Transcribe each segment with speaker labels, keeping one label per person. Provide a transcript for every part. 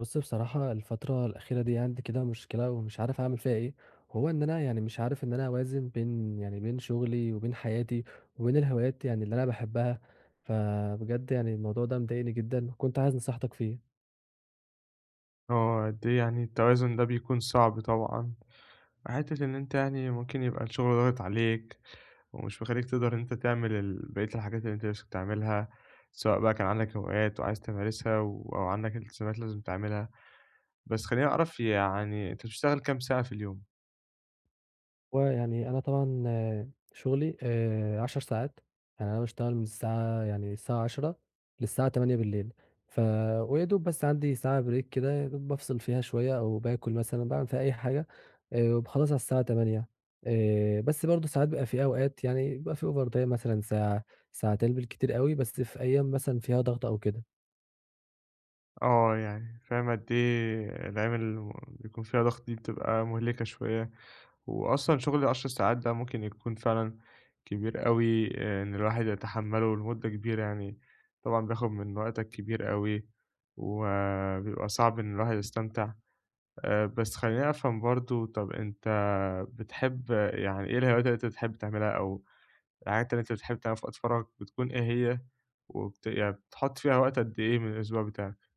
Speaker 1: بُص، بصراحة الفترة الأخيرة دي عندي كده مشكلة ومش عارف أعمل فيها إيه، وهو إن أنا يعني مش عارف إن أنا أوازن بين شغلي وبين حياتي وبين الهوايات يعني اللي أنا باحبها، فبجد يعني الموضوع ده مضايقني جدًا وكنت عايز نصيحتك فيه.
Speaker 2: آه، قد إيه يعني التوازن ده بيكون صعب طبعًا، حتّة إن أنت يعني ممكن يبقى الشغل ضاغط عليك، ومش مخلّيك تقدر إن أنت تعمل بقية الحاجات اللي أنت نِفْسك تعملها، سواء بقى كان عندك هوايات وعايز تمارسها أو عندك التزامات لازم تعملها، بس خلّيني أعرف يعني أنت بتشتغل كام ساعة في اليوم؟
Speaker 1: ويعني أنا طبعًا شغلي 10 ساعات، يعني أنا باشتغل من الساعة 10:00 للساعة 20:00 ف ويا دوب بس عندي ساعة break كده، يا دوب بافصل فيها شوية أو باكل مثلًا، باعمل فيها أي حاجة، وباخلّص على الساعة 20:00. بس برضه ساعات بيبقى في أوقات، يعني بيبقى في overtime مثلًا ساعة، ساعتين بالكتير أوي، بس في أيام مثلًا فيها ضغط أو كده.
Speaker 2: آه، يعني فاهم قد إيه الأيام اللي بيكون فيها ضغط دي بتبقى مُهلِكة شوية. وأصلًا شغل ال10 ساعات ده ممكن يكون فعلًا كبير أوي، إن الواحد يتحمّله لمدة كبيرة يعني، طبعًا بياخد من وقتك كبير أوي، وبيبقى صعب إن الواحد يستمتع. بس خلّيني أفهم برضه، طَب أنت بتحب يعني إيه الهوايات اللي أنت بتحب تعملها أو الحاجات اللي أنت بتحب تعملها في وقت فراغك بتكون إيه هي؟ يعني بتحط فيها وقت قد إيه من الأسبوع بتاعك؟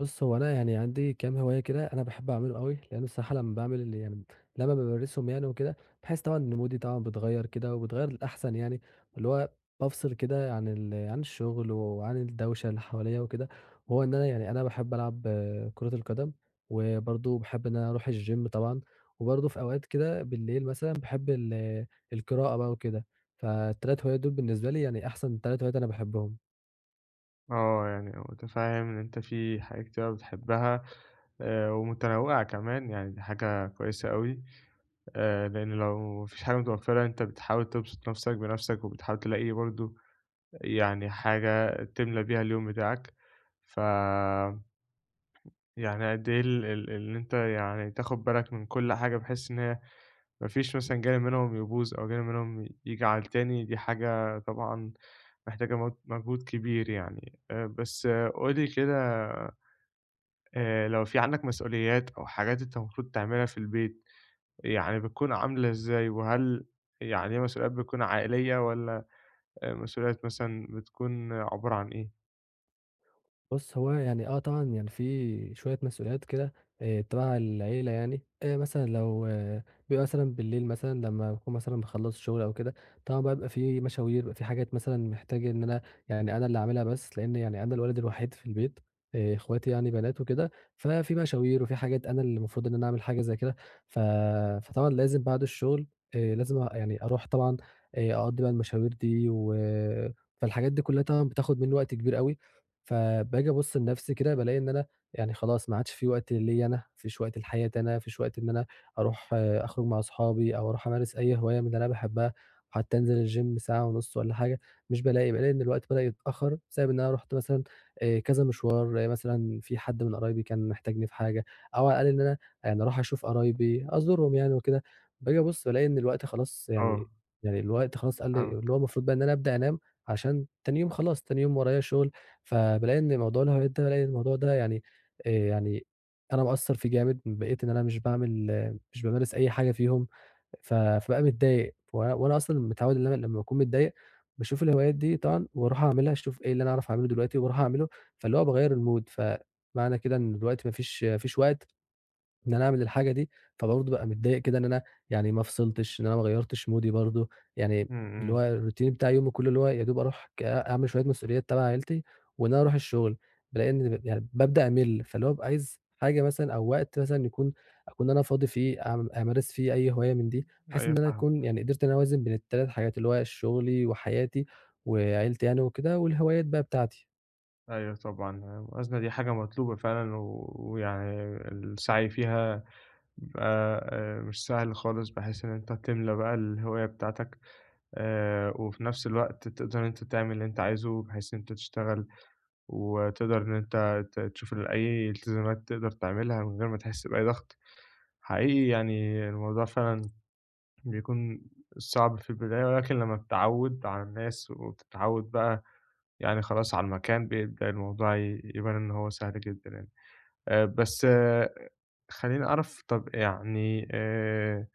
Speaker 1: بُص، هو أنا يعني عندي كام هواية كده أنا باحب أعمله أوي، لأن الصراحة لمّا بامارسهم يعني وكده، باحس طبعًا إن مودي طبعًا بيتغيّر كده وبيتغيّر للأحسن يعني، اللي هو بافصل كده عن الشغل وعن الدوشة اللي حواليّا وكده، وهو إن أنا باحب ألعب كرة القدم، وبرضه باحب إن أنا أروح الgym طبعًا، وبرضه في أوقات كده بالليل مثلًا باحب القراءة بقى وكده، فال3 هوايات دول بالنسبة لي يعني أحسن 3 هوايات أنا باحبهم.
Speaker 2: آه، يعني متفهم إن أنت في حاجات كتير أوي بتحبها، ومتنوعة كمان يعني دي حاجة كويسة أوي، لأن لو ما فيش حاجة متوفرة أنت بتحاول تبسط نفسك بنفسك، وبتحاول تلاقي برضه يعني حاجة تملى بيها اليوم بتاعك، ف يعني قد إيه ال ال إن أنت يعني تاخد بالك من كل حاجة بحيث إن هي ما فيش مثلًا جانب منهم يبوظ أو جانب منهم ييجي على التاني، دي حاجة طبعًا محتاجة مجهود كبير يعني، بس قُل لي كده. لو في عندك مسؤوليات أو حاجات أنت المفروض تعملها في البيت، يعني بتكون عاملة إزاي؟ وهل يعني هي مسؤوليات بتكون عائلية والّا مسؤوليات مثلًا بتكون عبارة عن إيه؟
Speaker 1: بُص، هو يعني طبعًا يعني في شوية مسؤوليات كده تبع العيلة يعني، مثلًا لو بيبقى مثلًا بالليل مثلًا لمّا باكون مثلًا مخلّص شغل أو كده، طبعًا بقى بيبقى في مشاوير، بيبقى في حاجات مثلًا محتاج إن أنا اللي أعملها بس، لإن يعني أنا الولد الوحيد في البيت، إخواتي يعني بنات وكده، ففي مشاوير وفي حاجات أنا اللي المفروض إن أنا أعمل حاجة زي كده، ف فطبعًا لازم بعد الشغل، لازم أروح طبعًا، أقضّي بقى المشاوير دي فالحاجات دي كلّها طبعًا بتاخد منّي وقت كبير أوي. فباجي أبُص لنَفْسي كده بالاقي إن أنا يعني خلاص ما عادش في وقت ليّا أنا، ما فيش وقت لحياتي أنا، ما فيش وقت إن أنا أروح أخرج مع أصحابي أو أروح أمارس أي هواية من اللي أنا باحبها، حتى أنزل الgym ساعة ونُص والّا حاجة، مش بالاقي، بالاقي إن الوقت بدأ يتأخّر بسبب إن أنا رُحت مثلًا كذا مشوار، مثلًا في حد من قرايبي كان محتاجني في حاجة، أو على الأقل إن أنا يعني أروح أشوف قرايبي أزورهم يعني وكده، باجي أبُص بالاقي إن الوقت خلاص
Speaker 2: آه،
Speaker 1: يعني، الوقت خلاص قال لي اللي
Speaker 2: فاهمك.
Speaker 1: هو المفروض بقى إن أنا أبدأ أنام عشان تاني يوم خلاص، تاني يوم ورايا شغل، فبالاقي إن موضوع الهوايات ده بالاقي الموضوع ده يعني، يعني أنا مقصّر فيه جامد، بقيت إن أنا مش بامارس أي حاجة فيهم، فبقى متضايق، وأنا أصلًا متعوّد إن أنا لمّا باكون متضايق باشوف الهوايات دي طبعًا وأروح أعملها، أشوف إيه اللي أنا أعرف أعمله دلوقتي وأروح أعمله، فاللي هو باغيّر الmood، فمعنى كده إن دلوقتي ما فيش وقت إن أنا أعمل الحاجة دي، فبرضه بابقى متضايق كده إن أنا يعني ما فصلتش، إن أنا ما غيّرتش مودي برضه، يعني
Speaker 2: إمم،
Speaker 1: اللي
Speaker 2: إمم.
Speaker 1: هو الروتين بتاع يومي كلّه اللي هو يا دوب أروح ك أعمل شوية مسؤوليات تبع عيلتي، وإن أنا أروح الشغل، بالاقي إن ب يعني بابدأ أمِل، فاللي هو بابقى عايز حاجة مثلًا أو وقت مثلًا أكون أنا فاضي فيه أمارس فيه أي هواية من دي، بحيث
Speaker 2: أيوه
Speaker 1: إن أنا
Speaker 2: فاهمك.
Speaker 1: أكون يعني قدرت إن أنا أوازن بين ال3 حاجات، اللي هو شغلي وحياتي وعيلتي يعني وكده والهوايات بقى بتاعتي.
Speaker 2: أيوه طبعًا. الموازنة دي حاجة مطلوبة فعلًا ويعني السعي فيها بيبقى مش سهل خالص بحيث إن أنت تملى بقى الهواية بتاعتك. وفي نفس الوقت تقدر إن أنت تعمل اللي أنت عايزه، بحيث إن أنت تشتغل وتقدر إن أنت تشوف أي التزامات تقدر تعملها من غير ما تحس بأي ضغط. حقيقي يعني الموضوع فعلًا بيكون صعب في البداية، ولكن لمّا بتتعوّد على الناس وبتتعوّد بقى يعني خلاص على المكان، بيبدأ الموضوع يبان إن هو سهل جدًا يعني. بس آه، خلّيني أعرف طَب يعني،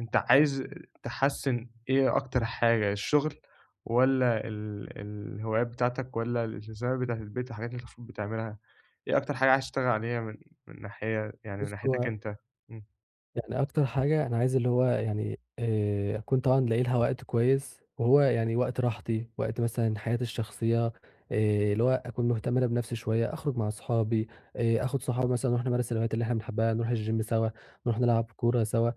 Speaker 2: أنت عايز تحسّن إيه أكتر حاجة، الشغل والّا الهوايات بتاعتك والّا الالتزامات بتاعة البيت والحاجات اللي المفروض بتعملها؟ إيه أكتر حاجة عايز تشتغل عليها من ناحية، يعني من
Speaker 1: بُص،
Speaker 2: ناحيتك
Speaker 1: هو
Speaker 2: أنت؟ إمم.
Speaker 1: يعني أكتر حاجة أنا عايز اللي هو يعني، أكون طبعًا لاقي لها وقت كويس، وهو يعني وقت راحتي، وقت مثلًا حياتي الشخصية، اللي هو أكون مهتم أنا بنفسي شوية، أخرج مع أصحابي، آخد صحابي مثلًا نروح نمارس الهوايات اللي إحنا بنحبها، نروح الgym سوا، نروح نلعب كورة سوا،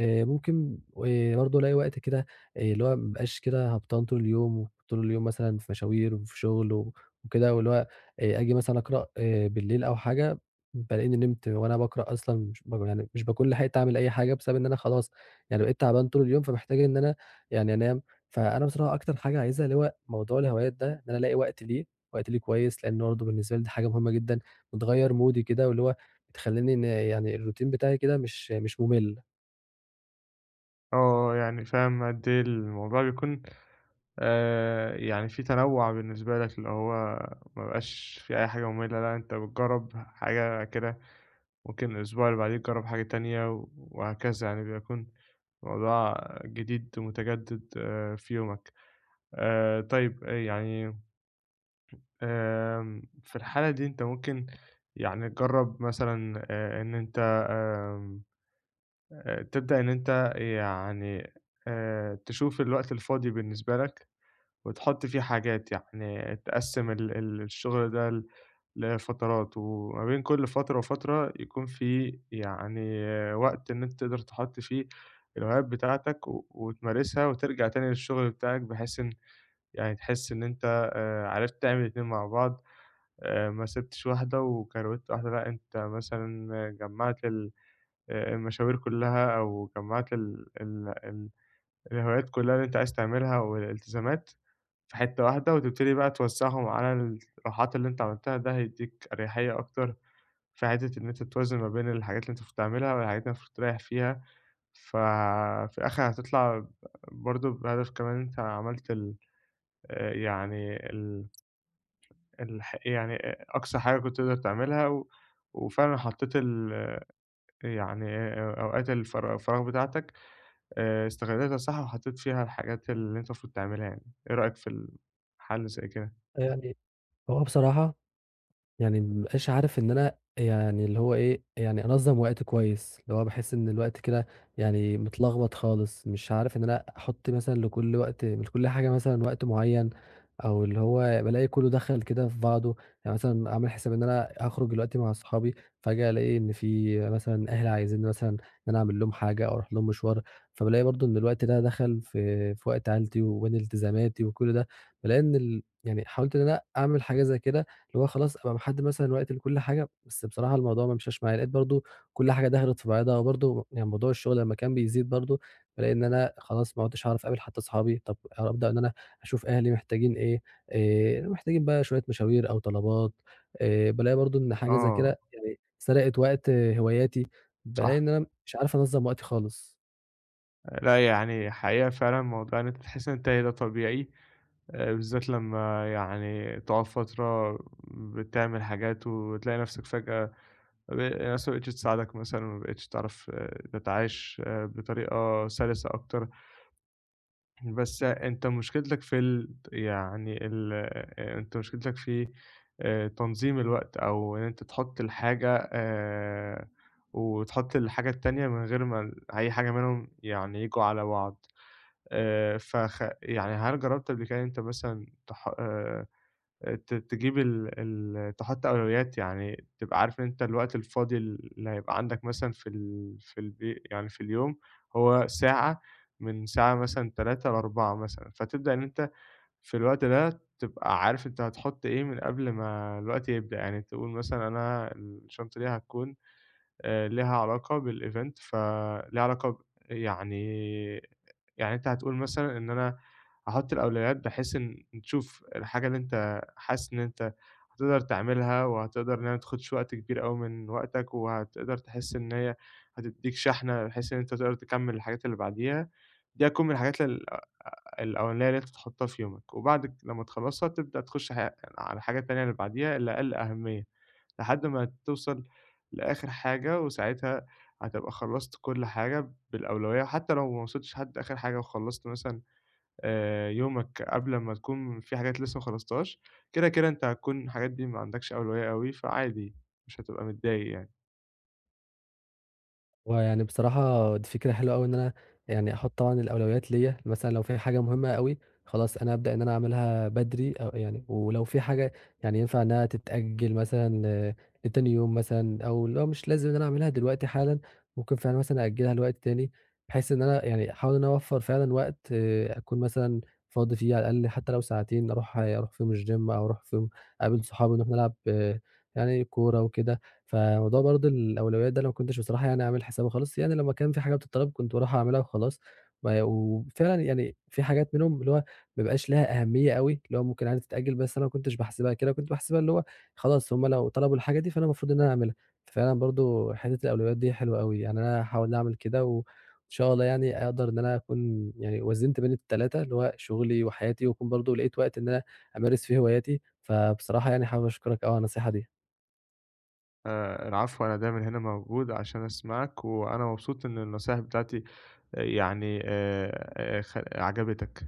Speaker 1: ممكن برضه ألاقي وقت كده، اللي هو ما ابقاش كده هبطان طول اليوم، طول اليوم مثلًا في مشاوير وفي شغل وكده، واللي هو آجي مثلًا أقرأ بالليل أو حاجة، بلاقيني نمت وأنا باقرأ أصلًا، مش ب يعني مش باكون لحقت أعمل أي حاجة بسبب إن أنا خلاص يعني بقيت تعبان طول اليوم، فمحتاج إن أنا يعني أنام. فأنا بصراحة أكتر حاجة عايزها اللي هو موضوع الهوايات ده، إن أنا ألاقي وقت ليه، وقت ليه كويس، لإن برضه بالنسبة لي دي حاجة مهمة جدًا، بتغيّر مودي كده واللي هو بتخلّيني إن يعني الروتين بتاعي كده مش مُمِل.
Speaker 2: آه، يعني فاهم قد إيه الموضوع بيكون، يعني في تنوُّع بالنسبة لك، اللي هو ما بقاش في أي حاجة مُملّة، لأ أنت بتجرّب حاجة كده، ممكن الأسبوع اللي بعديه تجرّب حاجة تانية وهكذا، يعني بيكون موضوع جديد ومتجدد في يومك. طيب يعني، في الحالة دي أنت ممكن يعني تجرّب مثلًا، إن أنت آمم تبدأ إن أنت يعني تشوف الوقت الفاضي بالنسبة لك، وتحُط فيه حاجات، يعني تقسّم ال ال الشغل ده لفترات، وما بين كل فترة وفترة يكون في يعني وقت إن أنت تقدر تحُط فيه الهوايات بتاعتك، وتمارسها وترجع تاني للشغل بتاعك، بحيث يعني تحس إن أنت عرفت تعمل الاتنين مع بعض، ما سِبتش واحدة وكروِتّ واحدة، لأ أنت مثلًا جمّعت ال المشاوير كلّها، أو جمّعت ال ال ال الهوايات كلّها اللي أنت عايز تعملها والالتزامات في حتّة واحدة، وتبتدي بقى توزّعهم على الراحات اللي أنت عملتها، ده هيدّيك أريحية أكتر في حتّة إن أنت توازن ما بين الحاجات اللي أنت المفروض تعملها والحاجات اللي المفروض تريّح فيها، ففي الآخر هتطلع برضه بهدف، كمان أنت عملت ال يعني ال الح يعني أقصى حاجة كنت تقدر تعملها، وفعلًا حطّيت يعني أوقات الفراغ بتاعتك، استغلّيتها صح، وحطّيت فيها الحاجات اللي أنت المفروض تعملها يعني، إيه رأيك في حل زي كده؟
Speaker 1: يعني هو بصراحة يعني ما بقاش عارف إن أنا يعني اللي هو إيه، يعني أنظّم وقتي كويس، اللي هو باحس إن الوقت كده يعني متلخبط خالص، مش عارف إن أنا أحُط مثلًا لكل وقت لكل حاجة مثلًا وقت معيّن، أو اللي هو بالاقي كلّه دخل كده في بعضه، يعني مثلًا عامل حساب إن أنا هاخرج دلوقتي مع صحابي، فجأة ألاقي إن في مثلًا أهلي عايزينّي مثلًا إن أنا أعمل لهم حاجة أو أروح لهم مشوار، فبالاقي برضه إن الوقت ده دخل في وقت عيلتي وبين التزاماتي وكل ده، بالاقي إن ال يعني حاولت إن أنا أعمل حاجة زي كده، اللي هو خلاص أبقى محدد مثلًا وقت لكل حاجة، بس بصراحة الموضوع ما مشاش معايا، لقيت برضه كل حاجة دَخلت في بعضها، وبرضه يعني موضوع الشغل لمّا كان بيزيد برضه، بالاقي إن أنا خلاص ما عُدتش هاعرف أقابل حتى أصحابي، طب أبدأ إن أنا أشوف أهلي محتاجين إيه، محتاجين بقى شوية مشاوير أو طلبات، بالاقي برضه إن حاجة زي
Speaker 2: آه،
Speaker 1: كده يعني سرقت وقت هواياتي،
Speaker 2: صح.
Speaker 1: بالاقي إن أنا مش عارف أنظّم وقتي خالص.
Speaker 2: لأ، يعني حقيقة فعلًا موضوع إن أنت تحس إن أنت إيه، ده طبيعي بالذات لمّا يعني تقعد فترة بتعمل حاجات وتلاقي نَفْسك فجأة الناس ما بقتش تساعدك مثلًا، ما بقتش تعرف تتعايش بطريقة سلسة أكتر. بس أنت مشكلتك في يعني ال أنت مشكلتك في تنظيم الوقت، أو إن أنت تحُط الحاجة وتحُط الحاجة التانية من غير ما أي حاجة منهم يعني ييجوا على بعض. يعني هل جرّبت قبل كده إن أنت مثلًا، تح تجيب ال ال تحط أولويات، يعني تبقى عارف إن أنت الوقت الفاضي اللي هيبقى عندك مثلًا في ال في البي يعني في اليوم هو ساعة، من ساعة مثلًا 15:00 ل16:00 مثلًا، فتبدأ إن أنت في الوقت ده تبقى عارف أنت هتحط إيه من قبل ما الوقت يبدأ، يعني تقول مثلًا أنا الشنطة دي هتكون ليها علاقة بالevent، فليها علاقة يعني يعني أنت هتقول مثلًا إن أنا هاحُط الأولويات، بحيث إن تشوف الحاجة اللي أنت حاسس إن أنت هتقدر تعملها، وهتقدر إنها ما تاخدش وقت كبير أوي من وقتك، وهتقدر تحس إن هي هتدّيك شحنة بحيث إن أنت تقدر تكمّل الحاجات اللي بعديها، دي هتكون من الحاجات الأولانية اللي أنت تحطها في يومك، وبعد لمّا تخلّصها تبدأ تخش على الحاجة التانية اللي بعديها اللي أقل أهمية، لحد ما توصل لآخر حاجة، وساعتها هتبقى خلّصت كل حاجة بالأولوية، حتى لو ما وصلتش لحد آخر حاجة وخلّصت مثلًا يومك قبل ما تكون في حاجات لسه ما خلّصتهاش، كده، أنت هتكون الحاجات دي ما عندكش أولوية أوي، فعادي مش هتبقى متضايق يعني.
Speaker 1: ويعني بصراحة دي فكرة حلوة أوي إن أنا يعني أحط طبعًا الأولويات ليّا، مثلًا لو في حاجة مهمة أوي خلاص أنا أبدأ إن أنا أعملها بدري، أو يعني ولو في حاجة يعني ينفع إنها تتأجل مثلًا، لتاني يوم مثلًا أو اللي هو مش لازم إن أنا أعملها دلوقتي حالًا، ممكن فعلًا مثلًا أأجلها لوقت تاني، بحيث إن أنا يعني أحاول إن أنا أوفّر فعلًا وقت، أكون مثلًا فاضي فيه على الأقل حتى لو ساعتين أروح فيهم الgym أو أروح فيهم أقابل صحابي نروح نلعب يعني كورة وكده. فموضوع برضه الأولويات ده أنا ما كنتش بصراحة يعني عامل حسابه خالص، يعني لمّا كان في حاجة بتتطلب كنت باروح أعملها وخلاص، ما وفعلًا يعني في حاجات منهم اللي هو ما بيبقاش لها أهمية أوي، اللي هو ممكن عادي تتأجل بس أنا ما كنتش باحسبها كده، كنت باحسبها اللي هو خلاص هُم لو طلبوا الحاجة دي فأنا المفروض إن أنا أعملها، ففعلًا برضه حتة الأولويات دي حلوة أوي، يعني أنا هاحاول أعمل كده وإن شاء الله يعني أقدر إن أنا أكون يعني وزّنت بين ال3 اللي هو شغلي وحياتي، وأكون برضه لقيت وقت إن أنا أمارس فيه هواياتي، فبصراحة يعني حابب أشكرك أوي على النصيحة دي.
Speaker 2: العفو، أنا دايمًا هنا موجود عشان أسمعك، وأنا مبسوط إن النصايح بتاعتي يعني خ عجبتك؟